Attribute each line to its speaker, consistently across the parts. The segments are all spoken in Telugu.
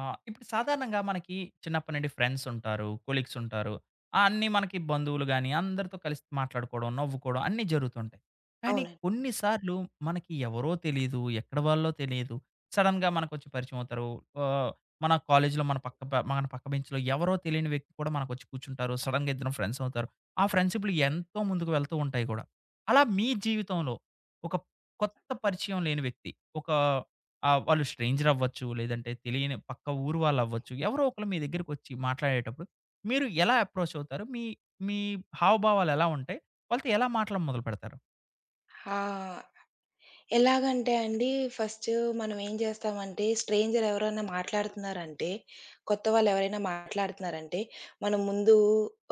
Speaker 1: ఆ! ఇప్పుడు సాధారణంగా మనకి చిన్నప్పటి నుండి ఫ్రెండ్స్ ఉంటారు, కొలీగ్స్ ఉంటారు. అన్నీ మనకి బంధువులు గాని, అందరితో కలిసి మాట్లాడుకోవడం, నవ్వుకోవడం అన్నీ జరుగుతుంటాయి. కానీ
Speaker 2: అవునండి.
Speaker 1: కొన్ని సార్లు మనకి ఎవరో తెలీదు, ఎక్కడి వాళ్ళో తెలీదు. సడెన్‌గా మనకొచ్చి పరిచయం అవుతారు. ఆహ్, మన కాలేజీలో మన పక్క బెంచ్‌లో ఎవరో తెలియని వ్యక్తి కూడా మనకొచ్చి కూర్చుంటారు. సడెన్‌గా ఇద్దరం ఫ్రెండ్స్ అవుతారు. ఆ ఫ్రెండ్‌షిప్‌లు ఎంతో ముందుకు వెళ్తూ ఉంటాయి కూడా. అలా మీ జీవితంలో ఒక కొత్త పరిచయం లేని వ్యక్తి, ఒక ఆ! వాళ్ళు స్ట్రేంజర్ అవ్వచ్చు, లేదంటే తెలియని పక్క ఊరు వాళ్ళవ్వచ్చు. ఎవరో ఒకళ్ళు మీ దగ్గరికొచ్చి మాట్లాడేటప్పుడు మీరు ఎలా అప్రోచ్ అవుతారు? మీ మీ హావభావాలెలా ఉంటాయి? వాళ్ళతో ఎలా మాట్లాడ మొదలుపెడతారు?
Speaker 2: ఆ! ఎలాగంటే అండి, ఫస్టు మనం ఏం జేస్తామంటే, స్ట్రేంజర్ ఎవరైనా మాట్లాడుతున్నారంటే, కొత్త వాళ్ళెవరైనా మాట్లాడుతున్నారంటే, మనం ముందు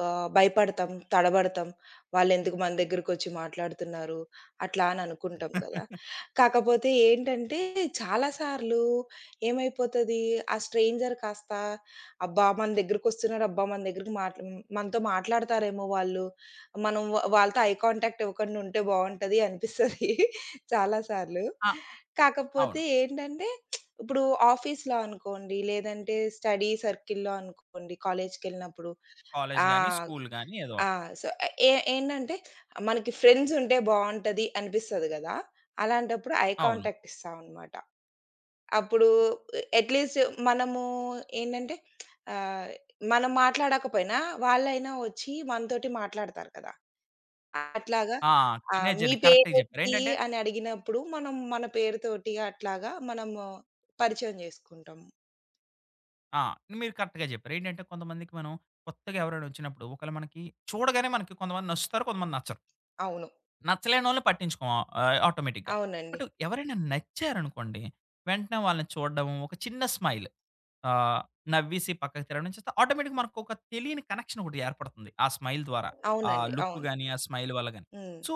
Speaker 2: భయపడతాం, తడబడతాం. వాళ్ళెందుకు మన దగ్గరకొచ్చి మాట్లాడుతున్నారు, అట్లా అని అనుకుంటాం కదా! కాకపోతే ఏంటంటే, చాలా సార్లు ఏమైపోతది, ఆ స్ట్రేంజర్ కాస్త అబ్బా! మన దగ్గరకొస్తున్నారు, అబ్బా! మన దగ్గరికి మనతో మాట్లాడతారేమో వాళ్ళు, మనం వాళ్ళతో ఐ కాంటాక్ట్ ఇవ్వకుండా ఉంటే బావుంటది అనిపిస్తది. చాలా సార్లు.
Speaker 1: ఆ!
Speaker 2: కాకపోతే
Speaker 1: అవును.
Speaker 2: ఏంటంటే ఇప్పుడు ఆఫీస్‌లో అనుకోండి, లేదంటే స్టడీ సర్కిల్‌లో అనుకోండి, కాలేజ్‌కెళ్ళినప్పుడు
Speaker 1: కాలేజ్
Speaker 2: ఆ!
Speaker 1: గాని, స్కూల్ గాని ఏదో
Speaker 2: ఆ!
Speaker 1: ఒకటి.
Speaker 2: సో, ఏంటంటే మనకి ఫ్రెండ్స్ ఉంటే బావుంటది అనిపిస్తది గదా! అలాంటప్పుడు ఐ
Speaker 1: అవును.
Speaker 2: కాంటాక్ట్ ఇస్తాం అన్నమాట. అప్పుడు అట్‌లీస్ట్ మనము ఏంటంటే ఆహ్, మనం మాట్లాడకపోయినా వాళ్ళైనా వచ్చి మనతోటి మాట్లాడతారు కదా! అట్లాగా
Speaker 1: ఆ!
Speaker 2: మీ
Speaker 1: నిజంగా కరెక్ట్‌గా చెప్పారు.
Speaker 2: పేరేంటి
Speaker 1: ఏంటంటే
Speaker 2: అని అడిగినప్పుడు మనం మన పేరుతోటి అట్లాగా మనము పరిచయం జేసుకుంటాం.
Speaker 1: ఆ! మీరు కరెక్ట్‌గా చెప్పారు. ఏంటంటే కొంతమందికి మనం కొత్తగా ఎవరైనా వచ్చినప్పుడు ఒకవేళ మనకి చూడగానే మనకి కొంతమంది నచ్చుతారు, కొంతమంది నచ్చరు.
Speaker 2: అవును.
Speaker 1: నచ్చలేనోళ్ళని పట్టించుకోం ఆటోమేటిక్‌గా.
Speaker 2: అవునండి.
Speaker 1: బట్ ఎవరైనా నచ్చారనుకోండి, వెంటనే వాళ్ళని చూడడం, ఒక చిన్న స్మైల్ ఆహ్, నవ్వేసి పక్కకి తిరగడం చేస్తే ఆటోమేటిక్‌గా మనకొక తెలియని కనెక్షన్ ఒకటి ఏర్పడుతుంది. ఆ స్మైల్ ద్వారా. ఆ
Speaker 2: అవునండి.
Speaker 1: లుక్
Speaker 2: అవును.
Speaker 1: గాని, ఆ స్మైల్ వల్ల గాని.
Speaker 2: హ్మ్.
Speaker 1: సో,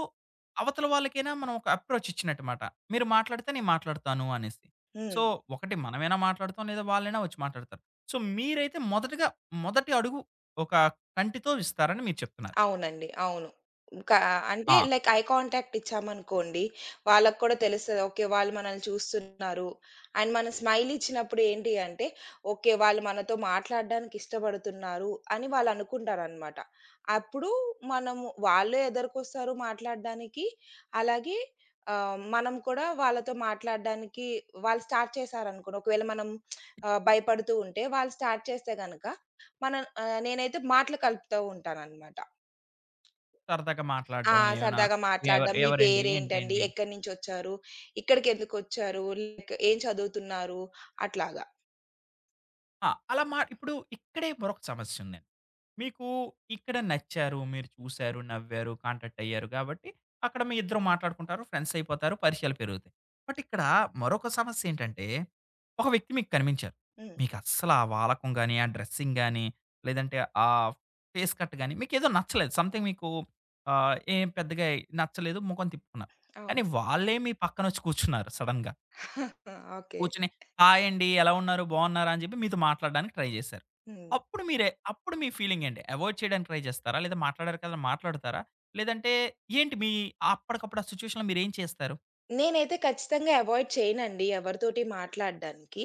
Speaker 1: అవతల వాళ్ళకైనా మనం ఒక అప్రోచ్ ఇచ్చినట్టు మాట. మీరు మాట్లాడితే నేను మాట్లాడతాను అనేసి. సో,
Speaker 2: హ్మ్.
Speaker 1: ఒకటి మనమైనా మాట్లాడతాం లేదా వాళ్ళైనా వచ్చి మాట్లాడతారు. సో, మీరైతే మొదటగా మొదటి అడుగు ఒక కంటితో ఇస్తారని మీరు చెప్తున్నారు.
Speaker 2: అవునండి. అవును. కా అంటే
Speaker 1: ఆ!
Speaker 2: లైక్ ఐ కాంటాక్ట్ ఇచ్చామనుకోండి, వాళ్ళకి కూడా తెలుస్తది. ఓకే. వాళ్ళు మనల్ని చూస్తున్నారు. అండ్ మనం స్మైల్ ఇచ్చినప్పుడు ఏంటి అంటే, ఓకే. వాళ్ళు మనతో మాట్లాడడానికి ఇష్టపడుతున్నారు అని వాళ్ళనుకుంటారనమాట. అప్పుడు మనము వాళ్ళు ఎదరికొస్తారు మాట్లాడడానికి. అలాగే మనం కూడా వాళ్ళతో మాట్లాడడానికి వాళ్ళు స్టార్ట్ చేశారనుకోండి. ఒకవేళ మనం భయపడుతూ ఉంటే, వాళ్ళు స్టార్ట్ చేస్తే గనక, మనం నేనైతే మాటలు కలుపుతూ ఉంటాననమాట.
Speaker 1: సరదాగా
Speaker 2: ఆ!
Speaker 1: మాట్లాడడం ఏమైనా
Speaker 2: సరదాగా
Speaker 1: ఎవరు
Speaker 2: మాట్లాడడం. మీ
Speaker 1: ఎవరండి?
Speaker 2: పేరేంటండి?
Speaker 1: ఏంటండి?
Speaker 2: ఎక్కడి నుంచొచ్చారు? ఇక్కడికెందుకొచ్చారు? లైక్ ఏం చదువుతున్నారు? అట్లాగా.
Speaker 1: అలా మా ఇప్పుడు ఇక్కడే మరొక సమస్య ఉందండి. మీకు ఇక్కడ నచ్చారు, మీరు చూసారు, నవ్వారు, కాంటాక్ట్ అయ్యారు కాబట్టి అక్కడ మీ ఇద్దరు మాట్లాడుకుంటారు, ఫ్రెండ్స్ అయిపోతారు, పరిచయాలు పెరుగుతాయి. బట్ ఇక్కడ మరొక సమస్య ఏంటంటే, ఒక వ్యక్తి మీకు కనిపించారు.
Speaker 2: హ్మ్.
Speaker 1: మీకు అస్సలు ఆ వాలకం గాని, ఆ డ్రెస్సింగ్ గాని, లేదంటే ఆ ఫేస్ కట్ గాని మీకేదో నచ్చలేదు. సంథింగ్ మీకు ఏం పెద్దగా నచ్చలేదు, మొఖం తిప్పుకున్నారు. కానీ
Speaker 2: అవును.
Speaker 1: వాళ్ళే మీ పక్కనొచ్చి కూర్చున్నారు సడెన్‌గా.
Speaker 2: ఓకే.
Speaker 1: కూర్చొని హాయ్ అండి. ఎలా ఉన్నారు? బాగున్నారా? అని చెప్పి మీతో మాట్లాడడానికి ట్రై చేశారు.
Speaker 2: హ్మ్.
Speaker 1: అప్పుడు మీ ఫీలింగ్ ఏంటి? అవాయిడ్ చేయడానికి ట్రై చేస్తారా? లేదా మాట్లాడారు కదా! మాట్లాడతారా? లేదంటే ఏంటి మీ అప్పటికప్పుడు ఆ సిట్యుయేషన్‌లో మీరేం చేస్తారు?
Speaker 2: నేనైతే ఖచ్చితంగా అవాయిడ్ చేయనండి ఎవరితోటి మాట్లాడడానికి.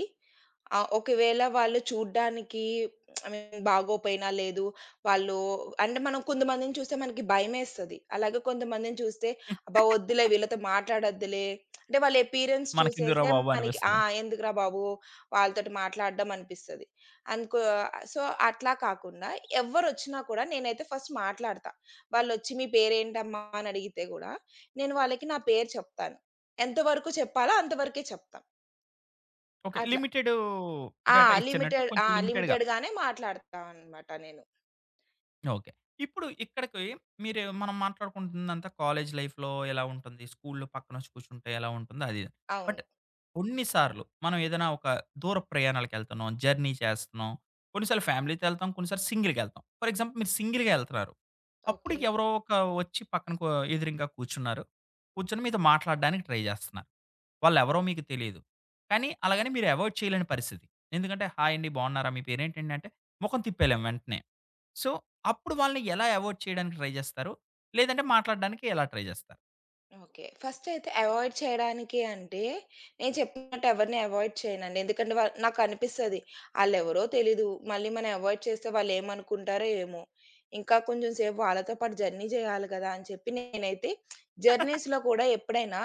Speaker 2: ఆ! ఒకవేళ వాళ్ళు చూడ్డానికి ఐ మీన్ బాగోపోయినా, లేదు వాళ్ళు అంటే మనం కొంతమందిని చూస్తే మనకి భయమేస్తది. అలాగే కొంతమందిని చూస్తే అబ్బా! వద్దులే వీళ్ళతో మాట్లాడొద్దులే. అంటే వాళ్ళ అపియరెన్స్
Speaker 1: మనకెందుకురా
Speaker 2: చూసేసే
Speaker 1: బాబు
Speaker 2: మనకి ఆ!
Speaker 1: అనిపిస్తది.
Speaker 2: ఎందుకురా బాబు వాళ్ళతోటి మాట్లాడడం అనిపిస్తది. అనుకో సో, అట్లా కాకుండా ఎవ్వరొచ్చినా కూడా నేనైతే ఫస్ట్ మాట్లాడతా. వాళ్ళొచ్చి "మీ పేరేంటమ్మా?" అని అడిగితే గూడా, నేను వాళ్ళకి నా పేరు చెప్తాను. ఎంత వరకు చెప్పాలో అంతవరకే చెప్తా.
Speaker 1: ఓకే.
Speaker 2: అట్లా.
Speaker 1: లిమిటెడు
Speaker 2: ఆ!
Speaker 1: డేటా ఇచ్చినట్టు
Speaker 2: లిమిటెడ్
Speaker 1: కొంచెం
Speaker 2: ఆ!
Speaker 1: లిమిటెడ్‌గా
Speaker 2: లిమిటెడ్‌గానే మాట్లాడతాననమాట నేను.
Speaker 1: ఓకే. ఇప్పుడు ఇక్కడికి మనం మాట్లాడుకుంటుందంతా కాలేజ్ లైఫ్‌లో ఎలా ఉంటుంది, స్కూల్‌లో పక్కనొచ్చి కూర్చుంటే ఎలా ఉంటుంది అది ఇది. బట్
Speaker 2: అవును.
Speaker 1: కొన్ని సార్లు మనం ఏదైనా ఒక దూర ప్రయాణాలకెళ్తున్నాం, జర్నీ చేస్తున్నాం. కొన్నిసార్లు ఫ్యామిలీతో ఎళ్తాం, కొన్నిసార్లు సింగిల్‌గెళ్తాం. ఫర్ ఎగ్జాంపుల్ మీరు సింగిల్‌గా ఎళ్తున్నారు. అప్పుడు
Speaker 2: ఓకే.
Speaker 1: ఎవరో ఒక వచ్చి పక్కన కూ ఎదురింగా కూర్చున్నారు. కూర్చొని మీతో మాట్లాడడానికి ట్రై జేస్తున్నారు. వాళ్ళెవరో మీకు తెలీదు. కానీ అలాగని మీరు అవాయిడ్ చేయలేని పరిస్థితి. ఎందుకంటే, హాయ్ అండి బాగున్నారా? మీ పేరేంటండి అంటే, మొఖం తిప్పేయలేం వెంటనే. సో అప్పుడు వాళ్ళని ఎలా అవాయిడ్ చేయడానికి ట్రై జేస్తారు? లేదంటే మాట్లాడడానికి ఎలా ట్రై జేస్తారు?
Speaker 2: ఓకే. ఫస్టయితే అవాయిడ్ చేయడానికి అంటే, నేను చెప్పినట్టు ఎవరిని అవాయిడ్ చేయనండి. ఎందుకంటే నాకనిపిస్తది. ఆళ్ళెవరో తెలీదు. మళ్ళీ మనం అవాయిడ్ చేస్తే వాళ్ళేమనుకుంటారో ఏమో! ఇంకా కొంచెం సేపు వాళ్ళతో పాటు జర్నీ జేయాలి గదా! అని చెప్పి నేనైతే జర్నీస్‌లో కూడా ఎప్పుడైనా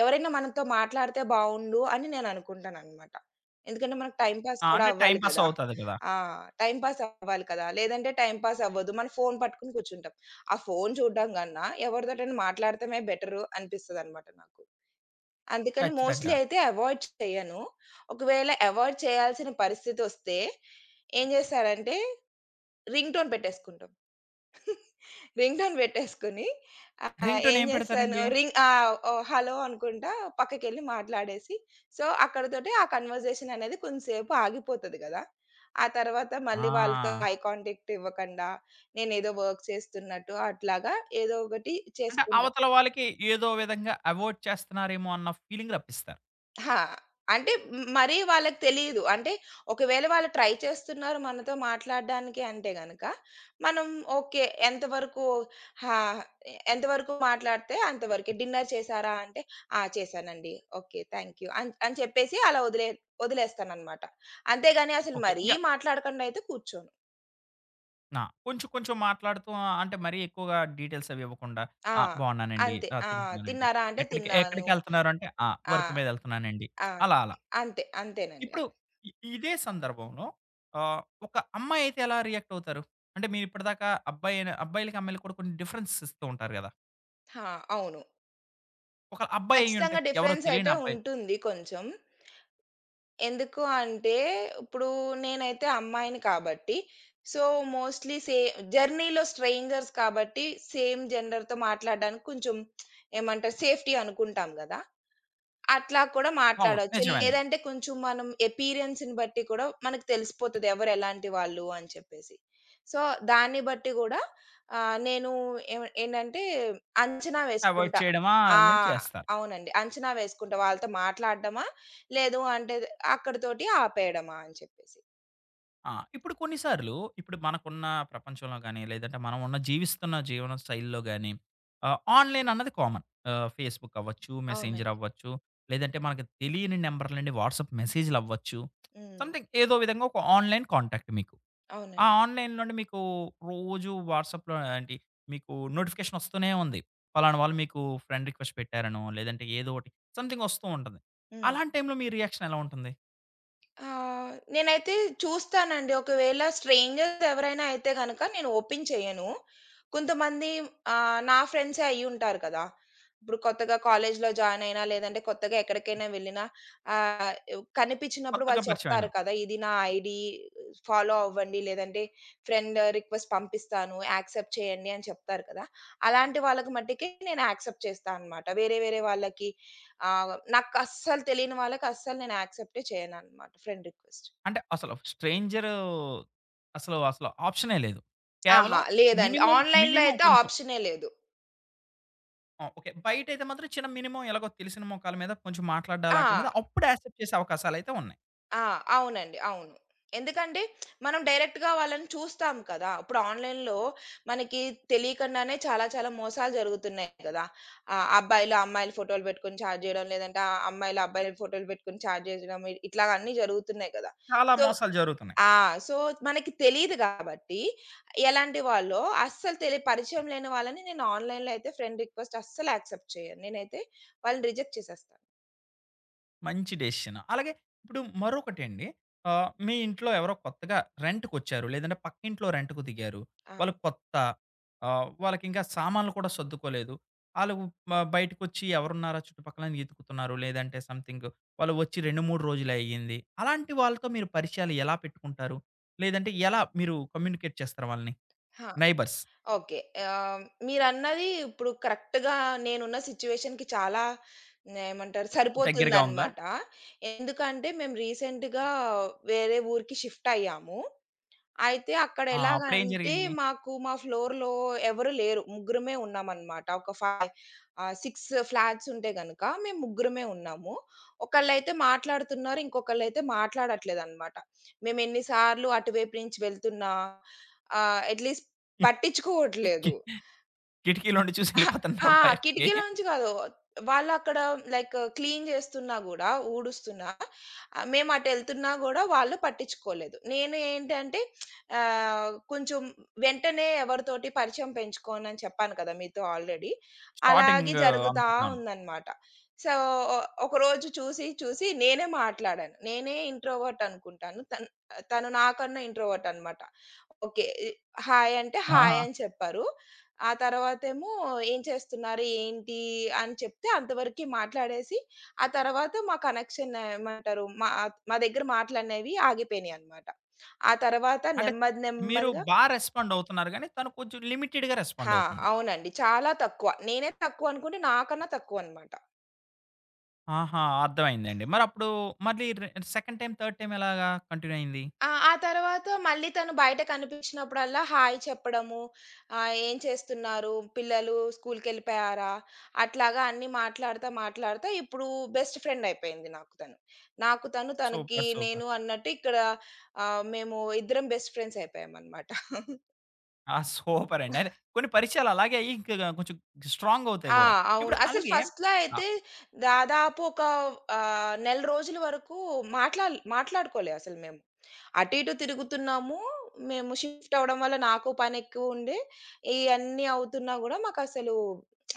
Speaker 2: ఎవరైనా మనతో మాట్లాడితే బావుండు అని నేననుకుంటాననమాట. ఎందుకంటే మనకు టైమ్ పాస్
Speaker 1: ఆ!
Speaker 2: కూడా
Speaker 1: అంటే టైమ్
Speaker 2: అవ్వాలి
Speaker 1: పాస్
Speaker 2: గదా!
Speaker 1: అవుతది కదా!
Speaker 2: ఆ! టైమ్ పాస్ అవ్వాలి కదా! లేదంటే టైమ్ పాస్ అవ్వదు. మన ఫోను పట్టుకొని కూర్చుంటాం. ఆ ఫోను చూడడం కన్నా, ఎవరితోటైనా మాట్లాడటమే బెటరు అనిపిస్తదనమాట నాకు. అందుకని మోస్ట్‌లీ
Speaker 1: ఖచ్చితంగా.
Speaker 2: అయితే అవాయిడ్ చేయను. ఒకవేళ అవాయిడ్ చేయాల్సిన పరిస్థితొస్తే, ఏం చేస్తానంటే రింగ్ టోన్ పెట్టేసుకుంటాం. రింగ్ టోన్ పెట్టేసుకొని
Speaker 1: రింగ్‌టోన్
Speaker 2: ఏం
Speaker 1: ఏం
Speaker 2: చేశాను
Speaker 1: పెడతారండి?
Speaker 2: రింగ్ ఓహ్! హలో అనుకుంటా పక్కకెళ్ళి మాట్లాడేసి, సో, అక్కడితోటి ఆ కన్వర్జేషన్ అనేది కొంసేపు ఆగిపోతది గదా! ఆ తర్వాత మళ్ళీ వాళ్ళతో
Speaker 1: ఆ!
Speaker 2: ఐ కాంటాక్ట్ ఇవ్వకండా, నేనేదో వర్క్ చేస్తున్నట్టు అట్లాగా ఏదో ఒకటి
Speaker 1: అంటే
Speaker 2: చేసుకుంటాను.
Speaker 1: అవతల వాళ్ళకి ఏదో విధంగా అవాయిడ్ చేస్తున్నారేమో అన్న ఫీలింగ్ రప్పిస్తారు.
Speaker 2: హా! అంటే మరీ వాళ్ళకి తెలీదు. అంటే ఒకవేళ వాళ్ళు ట్రై చేస్తున్నారు మనతో మాట్లాడడానికి అంటే గనక, మనం ఓకే. ఎంతవరకు హా! ఎంతవరకు మాట్లాడితే అంతవరకే. "డిన్నర్ చేశారా?" అంటే, "ఆ! చేశానండి. ఓకే. థ్యాంక్ యూ" అని అని చెప్పేసి అలా వదిలేస్తాననమాట. అంతేగాని అసలు
Speaker 1: ఓకే.
Speaker 2: మరీ
Speaker 1: ఇంగా
Speaker 2: మాట్లాడకుండా అయితే కూర్చోను.
Speaker 1: ఆ! కొంచెం కొంచెం మాట్లాడుతూ అంటే మరీ ఎక్కువగా డీటెయిల్స్ అవి ఇవ్వకుండా
Speaker 2: ఆ!
Speaker 1: ఆ! బావున్నానండి.
Speaker 2: అంతే.
Speaker 1: ఆ!
Speaker 2: ఆ!
Speaker 1: తింటున్నానండి.
Speaker 2: "తిన్నారా?" అంటే, "తిన్నాను."
Speaker 1: ఎక్కడికెళ్తున్నారు అంటే, ఆ!
Speaker 2: ఆ!
Speaker 1: వర్క్ మీద ఎళ్తున్నానండి.
Speaker 2: ఆ!
Speaker 1: అలా అలా.
Speaker 2: అంతే. అంతేనండి.
Speaker 1: ఇప్పుడు
Speaker 2: అంతే.
Speaker 1: ఇ ఇదే సందర్భంలో ఒక అమ్మాయి అయితే ఎలా రియాక్ట్ అవుతారు? అంటే మీరు ఇప్పటిదాకా అబ్బాయి అయిన అబ్బాయిలకి, అమ్మాయిలకి కూడా కొన్ని డిఫరెన్స్ ఇస్తూ ఉంటారు గదా!
Speaker 2: ఆ! అవును.
Speaker 1: ఒక అబ్బాయి అయ్యుంటే
Speaker 2: ఖచ్చితంగా
Speaker 1: ఎవరో
Speaker 2: డిఫరెన్స్
Speaker 1: తెలియని
Speaker 2: అయితే
Speaker 1: అబ్బాయి
Speaker 2: ఉంటుంది కొంచెం. ఎందుకు అంటే, ఇప్పుడు నేనైతే అమ్మాయిని కాబట్టి, సో, మోస్ట్‌లీ సే జర్నీలో స్ట్రేంజర్స్ కాబట్టి, సేమ్ జెండర్‌తో మాట్లాడడానికి కొంచెం ఏమంటారు సేఫ్టీ అనుకుంటాం గదా! అట్లా కూడా
Speaker 1: అవును.
Speaker 2: మాట్లాడొచ్చు.
Speaker 1: నిజమేనండి.
Speaker 2: లేదంటే కొంచెం మనం అపియరెన్స్‌ని బట్టి కూడా మనకు తెలిసిపోతది ఎవరు ఎలాంటి వాళ్ళు అని చెప్పేసి. సో, దాన్ని బట్టి గూడా నేను ఏంటంటే అంచనా
Speaker 1: అవాయిడ్
Speaker 2: వేసుకుంటా.
Speaker 1: చేయడమా
Speaker 2: ఆ!
Speaker 1: అనేది చేస్తారు.
Speaker 2: అవునండి. అంచనా వేసుకుంటా. వాళ్ళతో మాట్లాడడమా? లేదు అంటే అక్కడితోటి ఆపేయడమా అని చెప్పేసి.
Speaker 1: ఆ! ఇప్పుడు కొన్ని సార్లు ఇప్పుడు మనకున్న ప్రపంచంలో గాని, లేదంటే మనం ఉన్న జీవిస్తున్న జీవన శైలిలో గాని, ఆన్‌లైన్ అన్నది కామన్. ఫేస్‌బుక్ అవ్వచ్చు, మెసెంజర్
Speaker 2: అవునండి.
Speaker 1: అవ్వచ్చు, లేదంటే మనకు తెలియని నంబర్‌ల నుండి వాట్సాప్ మెసేజ్‌లు అవ్వచ్చు.
Speaker 2: హ్మ్.
Speaker 1: సమ్‌థింగ్ ఏదో విధంగా ఒక ఆన్‌లైన్ కాంటాక్ట్ మీకు. ఆ!
Speaker 2: అవునండి.
Speaker 1: ఆన్‌లైన్ నుండి మీకు రోజు వాట్సాప్‌లో ఏంటి మీకు నోటిఫికేషన్ వస్తూనే ఉంది. పలానా వాళ్ళు మీకు ఫ్రెండ్ రిక్వెస్ట్ పెట్టారనో, లేదంటే ఏదో ఒకటి సంథింగ్ వస్తూ ఉంటుంది.
Speaker 2: హ్మ్.
Speaker 1: అలాంటి టైంలో మీ రియాక్షన్ ఎలా ఉంటుంది?
Speaker 2: ఆ! నేనైతే చూస్తానండి. ఒకవేళ స్ట్రేంజర్స్ ఎవరైనా అయితే గనక నేను ఓపెన్ చేయను. కొంతమంది నా ఫ్రెండ్సే అయ్యుంటారు కదా! ఇప్పుడు కొత్తగా కాలేజ్‌లో జాయిన్ అయినా, లేదంటే కొత్తగా ఎక్కడికైనా వెళ్ళినా ఆహ్, కనిపించినప్పుడు
Speaker 1: కొత్తగా
Speaker 2: వాళ్ళు చెప్తారు
Speaker 1: పరిచయమైనోళ్ళు.
Speaker 2: కదా! ఇది నా ఐడీ ఫాలో అవ్వండి, లేదంటే ఫ్రెండ్ రిక్వెస్ట్ పంపిస్తాను, యాక్సెప్ట్ చేయండి అని చెప్తారు కదా! అలాంటి వాళ్ళకి మట్టికి నేను యాక్సెప్ట్ చేస్తా అనమాట. వేరే వేరే వాళ్ళకి ఆ! నాకస్సలు తెలియని వాళ్ళకి అస్సలు నేను యాక్సెప్టే చేయననమాట ఫ్రెండ్ రిక్వెస్ట్.
Speaker 1: అంటే అసలు స్ట్రేంజర్ అసలు ఆప్షనే లేదు.
Speaker 2: ఆహా!
Speaker 1: కేవలం
Speaker 2: లేదండి. ఆన్‌లైన్‌లో
Speaker 1: మినిమమ్
Speaker 2: అయితే
Speaker 1: కొంచెం
Speaker 2: ఆప్షనే లేదు.
Speaker 1: ఆ! ఓకే. బయటైతే మాత్రం చిన్న మినిమమ్ ఎలాగో తెలిసిన మొఖాల మీద కొంచెం మాట్లాడాలి
Speaker 2: ఆ!
Speaker 1: ఆటిల మీద అప్పుడు యాక్సెప్ట్ చేసే అవకాశాలైతే ఉన్నాయి.
Speaker 2: ఆ! అవునండి. అవును. ఎందుకంటే మనం డైరెక్ట్‌గా వాళ్ళని చూస్తాం కదా! ఇప్పుడు ఆన్‌లైన్‌లో మనకి తెలియకుండానే చాలా చాలా మోసాలు జరుగుతున్నాయి కదా! అబ్బాయిలు అమ్మాయిల ఫోటోలు పెట్టుకొని చాట్ చేయడం, లేదంటే ఆ అమ్మాయిలు అబ్బాయిల ఫోటోలు పెట్టుకొని చాట్ చేయడం ఇట్లాగా అన్నీ జరుగుతున్నాయి కదా!
Speaker 1: చాలా
Speaker 2: సో
Speaker 1: మోసాలు జరుగుతున్నాయి.
Speaker 2: ఆ! సో, మనకి తెలీదు గాబట్టి, ఎలాంటి వాళ్ళో అస్సలు పరిచయం లేని వాళ్ళని నేను ఆన్‌లైన్‌లో అయితే ఫ్రెండ్ రిక్వెస్ట్ అస్సలు యాక్సెప్ట్ చేయను. నేనైతే వాళ్ళని రిజెక్ట్ చేసేస్తాను.
Speaker 1: మంచి డెసిషన్. అలాగే ఇప్పుడు మరొకటండి. మీ ఇంట్లో ఎవరో కొత్తగా రెంట్‌కొచ్చారు. లేదంటే పక్కింట్లో రెంట్‌కు దిగారు.
Speaker 2: ఆ!
Speaker 1: వాళ్ళు కొత్త. వాళ్ళకింకా సామాన్లు కూడా సర్దుకోలేదు. ఆళ్ళు బయటకొచ్చి ఎవరున్నారా చుట్టుపక్కల అని ఎతుకుతున్నారు. లేదంటే సంథింగ్ వాళ్ళు వచ్చి 2, 3 రోజులయ్యింది. అలాంటి వాళ్ళతో మీరు పరిచయాలు ఎలా పెట్టుకుంటారు? లేదంటే ఎలా మీరు కమ్యూనికేట్ చేస్తారు వాళ్ళని?
Speaker 2: ఆ!
Speaker 1: Neighbours
Speaker 2: okay. ఆహ్, మీరన్నది ఇప్పుడు కరెక్ట్‌గా నేనున్న సిట్యుయేషన్‌కి చాలా ఏమంటారు
Speaker 1: దగ్గరగా ఉందా?
Speaker 2: సరిపోతుందనమాట. ఎందుకంటే మేము రీసెంట్‌గా వేరే ఊరికి షిఫ్ట్ అయ్యాము. అయితే అక్కడ
Speaker 1: ఆ! అప్పుడేం
Speaker 2: ఎలాగంటే
Speaker 1: జరిగింది?
Speaker 2: మాకు మా ఫ్లోర్‌లో ఎవరు లేరు. ముగ్గురమే ఉన్నామనమాట. ఒక ఫై 6 ఫ్లాట్స్ ఉంటే గనక మేము ముగ్గురమే ఉన్నాము. ఒకళ్ళైతే మాట్లాడుతున్నారు. ఇంకొకళ్ళైతే మాట్లాడట్లేదనమాట. మేము ఎన్ని సార్లు అటువైపు నుంచి వెళ్తున్నా అట్‌లీస్ట్
Speaker 1: కి
Speaker 2: పట్టించుకోవట్లేదు.
Speaker 1: కిటికీలోండి చూసి
Speaker 2: అహా! ఆ!
Speaker 1: ఎళ్ళిపోతుంటారా పైకి?
Speaker 2: కిటికీలోంచి కాదు. వాళ్ళక్కడ లైక్ క్లీన్ చేస్తున్నా గూడా, ఊడుస్తున్నా, మేమటెళ్తున్నా గూడా వాళ్ళు పట్టించుకోలేదు. నేను ఏంటంటే కొంచెం వెంటనే ఎవరితోటి పరిచయం పెంచుకోనని చెప్పాను కదా! మీతో ఆల్రెడీ. అలాగే
Speaker 1: స్టార్టింగ్
Speaker 2: జరుగుతా
Speaker 1: అంతగా
Speaker 2: ఉందన్నమాట. సో, ఒకరోజు చూసి, చూసి నేనే మాట్లాడాను. నేనే ఇంట్రోవర్ట్ అనుకుంటాను. తను తను నాకన్నా ఇంట్రోవర్ట్ అనమాట. ఓకే. హాయ్ అంటే
Speaker 1: ఆహా!
Speaker 2: హాయ్ అని చెప్పారు. ఆ తర్వాతేమో "ఏం చేస్తున్నారు? ఏంటి?" అని చెప్తే అంతవరకి మాట్లాడేసి, ఆ తర్వాత మా కనెక్షన్ ఏమంటారు మా మా దగ్గర మాటలనేవి ఆగిపోయినాయన్నమాట. ఆ తర్వాత
Speaker 1: అంటే
Speaker 2: నెమ్మది
Speaker 1: మీరు
Speaker 2: నెమ్మదిగా
Speaker 1: రెస్పాండ్ అవుతున్నారు గానీ, తను కొంచెం లిమిటెడ్‌గా రెస్పాండ్
Speaker 2: ఆ!
Speaker 1: అవుతుంది.
Speaker 2: అవునండి. చాలా తక్కువ. నేనే తక్కువ అనుకుంటే నాకన్నా తక్కువన్నమాట.
Speaker 1: ఆహా! అర్థమైందండి. మరప్పుడు మళ్ళీ రె సెకండ్ టైమ్, థర్డ్ టైమ్ ఎలాగా కంటిన్యూ అయింది?
Speaker 2: ఆ! ఆ తర్వాత మళ్ళీ తను బయట కనిపించినప్పుడల్లా హాయ్ చెప్పడము, "ఏం చేస్తున్నారు? పిల్లలు స్కూల్‌కెళ్ళిపోయారా?" అట్లాగా అన్నీ మాట్లాడుతా, మాట్లాడుతా ఇప్పుడు బెస్ట్ ఫ్రెండ్ అయిపోయింది నాకు తను. నాకు తను, తనకి
Speaker 1: సూపర్.
Speaker 2: నేను అన్నట్టు ఇక్కడ మేము ఇద్దరం బెస్ట్ ఫ్రెండ్స్ అయిపోయామన్నమాట.
Speaker 1: ఆ! సూపర్ అండి. అదే కొన్ని పరిచయాలు అలాగే అయ్యి ఇంక కొంచెం స్ట్రాంగ్ అవుతాయి
Speaker 2: ఆ!
Speaker 1: గూడా. ఇప్పుడు
Speaker 2: అవును. అసలు
Speaker 1: అలాగే
Speaker 2: ఫస్ట్‌లో
Speaker 1: ఆహ్,
Speaker 2: అయితే దాదాపు ఒక నెల రోజుల వరకు మాట్లాడుకోలే అసలు మేము. అటు ఇటు తిరుగుతున్నాము. మేము షిఫ్ట్ అవ్వడం వల్ల నాకు పనెక్కువుండే, ఇయన్నీ అవుతున్నా గూడా మాకసలు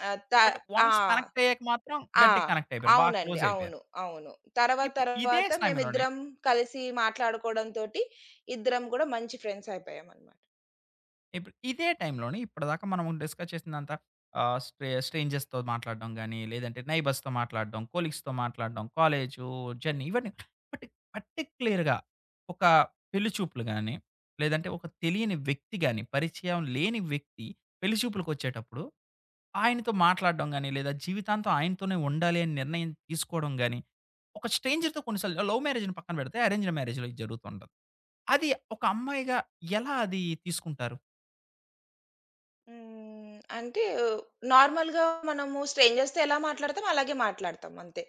Speaker 2: ఆహ్, త
Speaker 1: బట్
Speaker 2: ఆ!
Speaker 1: వన్స్ కనెక్ట్ అయ్యాక మాత్రం
Speaker 2: ఆ!
Speaker 1: గట్టిగా కనెక్ట్ అయిపోయారు. బాగా
Speaker 2: అవునండి.
Speaker 1: క్లోజ్ అయిపోయారు.
Speaker 2: అవును. అవును. తర్వాత
Speaker 1: ఇప్పుడు ఇదే
Speaker 2: తర్వాత
Speaker 1: సమయంలోనే
Speaker 2: మేమిద్దరం కలిసి మాట్లాడుకోవడంతోటి ఇద్దరం గూడా మంచి ఫ్రెండ్స్ అయిపోయామనమాట.
Speaker 1: ఇప్పుడు ఇదే టైంలోనే ఇప్పటిదాకా మనం డిస్కస్ చేసిందంతా ఆహ్, స్ట్రే స్ట్రేంజర్స్‌తో మాట్లాడడం గాని, లేదంటే నైబర్స్‌తో మాట్లాడడం, కొలీగ్స్‌తో మాట్లాడడం, కాలేజు, జర్నీ ఇవన్నీ పర్టి పర్టిక్యులర్‌గా ఒక పెళ్లి చూపులు గాని, లేదంటే ఒక తెలియని వ్యక్తి గాని, పరిచయం లేని వ్యక్తి పెళ్లి చూపులకొచ్చేటప్పుడు ఆయనతో మాట్లాడడం గాని, లేదా జీవితాంతం ఆయనతోనే ఉండాలి అని నిర్ణయం తీసుకోవడం గాని, ఒక స్ట్రేంజర్‌తో కొన్ని సార్లు లవ్ మ్యారేజ్‌ని పక్కన పెడితే అరేంజ్డ్ మ్యారేజ్‌లో ఇది జరుగుతూ ఉంటది. అది ఒక అమ్మాయిగా ఎలా అది తీసుకుంటారు?
Speaker 2: హ్మ్. అంటే నార్మల్‌గా మనము స్ట్రేంజర్స్‌తో ఎలా మాట్లాడతామో అలాగే మాట్లాడతాం అంతే.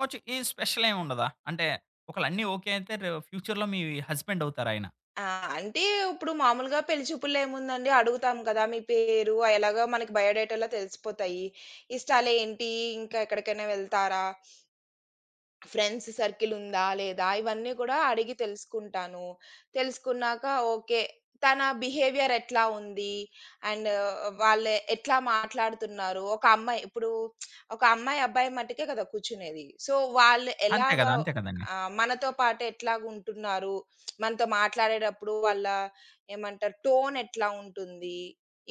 Speaker 1: కొంచెం ఈ స్పెషల్ ఏమి ఉండదా? అంటే ఒకవేళ అన్నీ ఓకే అయితే రే ఫ్యూచర్‌లో మీ హస్బెండ్ అవుతారాయన.
Speaker 2: ఆ! అంటే ఇప్పుడు మామూలుగా పెళ్లి చూపుల్లో ఏముందండి అడుగుతాం కదా! మీ పేరు ఎలాగో మనకి బయోడేటాలో తెలిసిపోతాయి. ఇష్టాలేంటి? ఇంకా ఎక్కడికైనా వెళ్తారా? ఫ్రెండ్స్ సర్కిల్ ఉందా? లేదా? ఇవన్నీ కూడా అడిగి తెలుసుకుంటాను. తెలుసుకున్నాక ఓకే. తన బిహేవియర్ ఎట్లా ఉంది? అండ్ వాళ్ళు ఎట్లా మాట్లాడుతున్నారు? ఒక అమ్మాయి ఇప్పుడు ఒక అమ్మాయి, అబ్బాయి మట్టుకే కదా కూర్చునేది. సో, వాళ్ళు
Speaker 1: అంతే
Speaker 2: ఎలాగా
Speaker 1: కదా! అంతే కదండీ.
Speaker 2: మనతో పాటు ఎట్లాగుంటున్నారు? మనతో మాట్లాడేటప్పుడు వాళ్ళ ఏమంటారు? టోన్ ఎట్లా ఉంటుంది?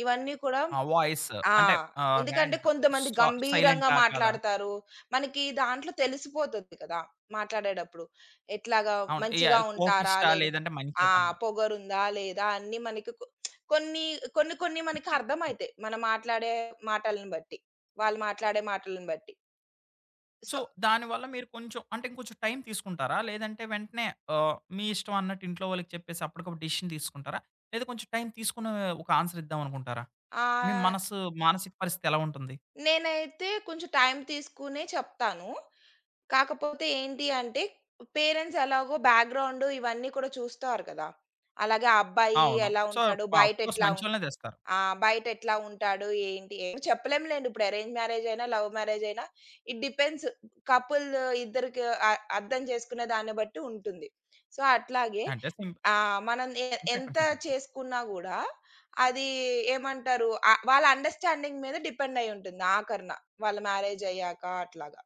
Speaker 2: ఇవన్నీ కూడా
Speaker 1: ఆ! వాయిస్
Speaker 2: ఆ!
Speaker 1: అంటే ఆహ్, రా
Speaker 2: ఎందుకంటే కొంతమంది
Speaker 1: సా
Speaker 2: గంభీరంగా
Speaker 1: సైలెంటా కాదా?
Speaker 2: మాట్లాడతారు. మనకి దాంట్లో తెలిసిపోతది కదా! మాట్లాడేటప్పుడు. ఎట్లాగా
Speaker 1: అవును.
Speaker 2: మంచిగా
Speaker 1: యాహ్!
Speaker 2: ఉంటారా?
Speaker 1: కోపిష్ట
Speaker 2: లేదా
Speaker 1: లేదంటే
Speaker 2: ఆ!
Speaker 1: మంచితనా?
Speaker 2: పొగరుందా? లేదా? అన్నీ మనకి కొన్ని, కొన్ని కొన్ని మనకి అర్థమైతాయి. మనం మాట్లాడే మాటలను బట్టి. వాళ్ళు మాట్లాడే మాటలను బట్టి.
Speaker 1: సో,
Speaker 2: సో
Speaker 1: దానివల్ల మీరు కొంచెం అంటే ఇంకొంచెం టైం తీసుకుంటారా? లేదంటే వెంటనే మీ ఇష్టం అన్నట్టు ఇంట్లో వాళ్ళకి చెప్పేసి అప్పటికప్పుడు డిసిషన్ తీసుకుంటారా? లేదా కొంచెం టైం తీసుకొని ఒక ఆన్సర్ ఇద్దాం అనుకుంటారా? మీ
Speaker 2: ఆ!
Speaker 1: మనసు మానసిక పరిస్థితి ఎలా ఉంటుంది?
Speaker 2: నేనైతే కొంచెం టైం తీసుకునే చెప్తాను. కాకపోతే ఏంటి అంటే, పేరెంట్స్ ఎలాగో బ్యాక్‌గ్రౌండ్ ఇవన్నీ కూడా చూస్తారు కదా! అలాగే ఆ అబ్బాయి
Speaker 1: అవును.
Speaker 2: ఎలా
Speaker 1: సో,
Speaker 2: ఉంటాడు? బయట
Speaker 1: ఆఫ్‌కోర్స్
Speaker 2: ఎట్లా
Speaker 1: మంచోళ్ళనే తెస్తారు.
Speaker 2: ఆ! బయట ఎట్లా ఉంటాడు? ఏంటి? ఏం చెప్పలేంలేండి. ఇప్పుడు అరేంజ్ మ్యారేజ్ అయినా, లవ్ మ్యారేజ్ అయినా ఇట్ డిపెండ్స్. కపుల్ ఇద్దరికి అ అర్థం చేసుకునే దాన్ని బట్టి ఉంటుంది. సో, అట్లాగే
Speaker 1: అంటే
Speaker 2: మనం
Speaker 1: చెప్పండి.
Speaker 2: ఎంత
Speaker 1: చెప్పండి.
Speaker 2: చేసుకున్నా గూడా అది ఏమంటారు? వాళ్ళ అండర్‌స్టాండింగ్ మీద డిపెండ్ అయి ఉంటుంది ఆఖరిన. వాళ్ళ మ్యారేజ్ అయ్యాక అట్లాగా.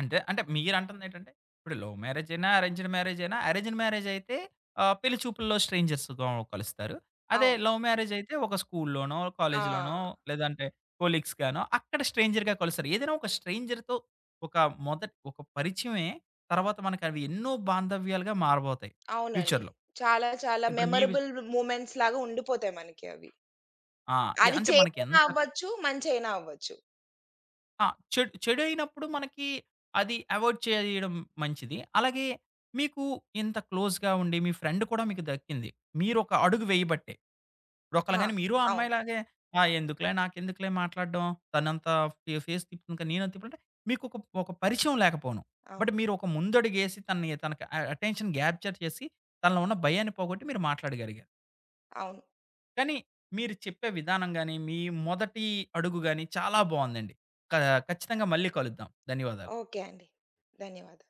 Speaker 1: అంటే మీరంటుందేంటంటే, ఇప్పుడు లవ్ మ్యారేజ్ అయినా, అరేంజ్డ్ మ్యారేజ్ అయితే పెళ్లి చూపుల్లో స్ట్రేంజర్స్‌గా కలుస్తారు. అదే
Speaker 2: అవును.
Speaker 1: లవ్ మ్యారేజ్ అయితే ఒక స్కూల్‌లోనో,
Speaker 2: ఆ!
Speaker 1: కాలేజ్‌లోనో లేదంటే కొలీగ్స్ గానో అక్కడ స్ట్రేంజర్‌గా కలుస్తారు. ఏదైనా ఒక స్ట్రేంజర్‌తో ఒక మొదటి ఒక పరిచయమే తర్వాత మనకవి ఎన్నో బాంధవ్యాలుగా మారబోతాయి
Speaker 2: అవునండి.
Speaker 1: ఫ్యూచర్‌లో.
Speaker 2: చాలా చాలా
Speaker 1: ఇప్పుడు మీ విష్
Speaker 2: మెమరబుల్ మూమెంట్స్ లాగా ఉండిపోతాయి మనకి అవి.
Speaker 1: ఆ! యాహ్!
Speaker 2: అది
Speaker 1: అంటే
Speaker 2: చెడైనా
Speaker 1: మనకెంత
Speaker 2: అవ్వచ్చు, మంచైనా అవ్వచ్చు.
Speaker 1: ఆ! చెడు చెడయినప్పుడు మనకి అది అవాయిడ్ చేయడం మంచిది. అలాగే మీకు ఇంత క్లోజ్‌గా ఉండి మీ ఫ్రెండ్ కూడా మీకు దక్కింది. మీరొక అడుగు వేయబట్టే. ఇప్పుడొకళ్ళ
Speaker 2: ఆ!
Speaker 1: గాని మీరు ఆ
Speaker 2: అవును.
Speaker 1: అమ్మాయిలాగే "ఆ! ఎందుకులే నాకెందుకులే మాట్లాడడం. తనంత ఫేస్ తిప్పుతుంది కదా! నేనెందుకు" అంటే మీకొక ఒక ఒక పరిచయం లేకపోవడం. బట్
Speaker 2: అవును.
Speaker 1: మీరొక ముందడుగేసి తనకి అటెన్షన్ గ్యాప్చర్ చేసి తనలో ఉన్న భయాన్ని పోగొట్టి మీరు మాట్లాడగలిగారు.
Speaker 2: అవును.
Speaker 1: కానీ మీరు చెప్పే విధానం గాని, మీ మొదటి అడుగు గాని చాలా బావుందండి. క ఖచ్చితంగా మళ్ళీ కలుద్దాం. ధన్యవాదాలు.
Speaker 2: ఓకే అండి. ధన్యవాదాలు.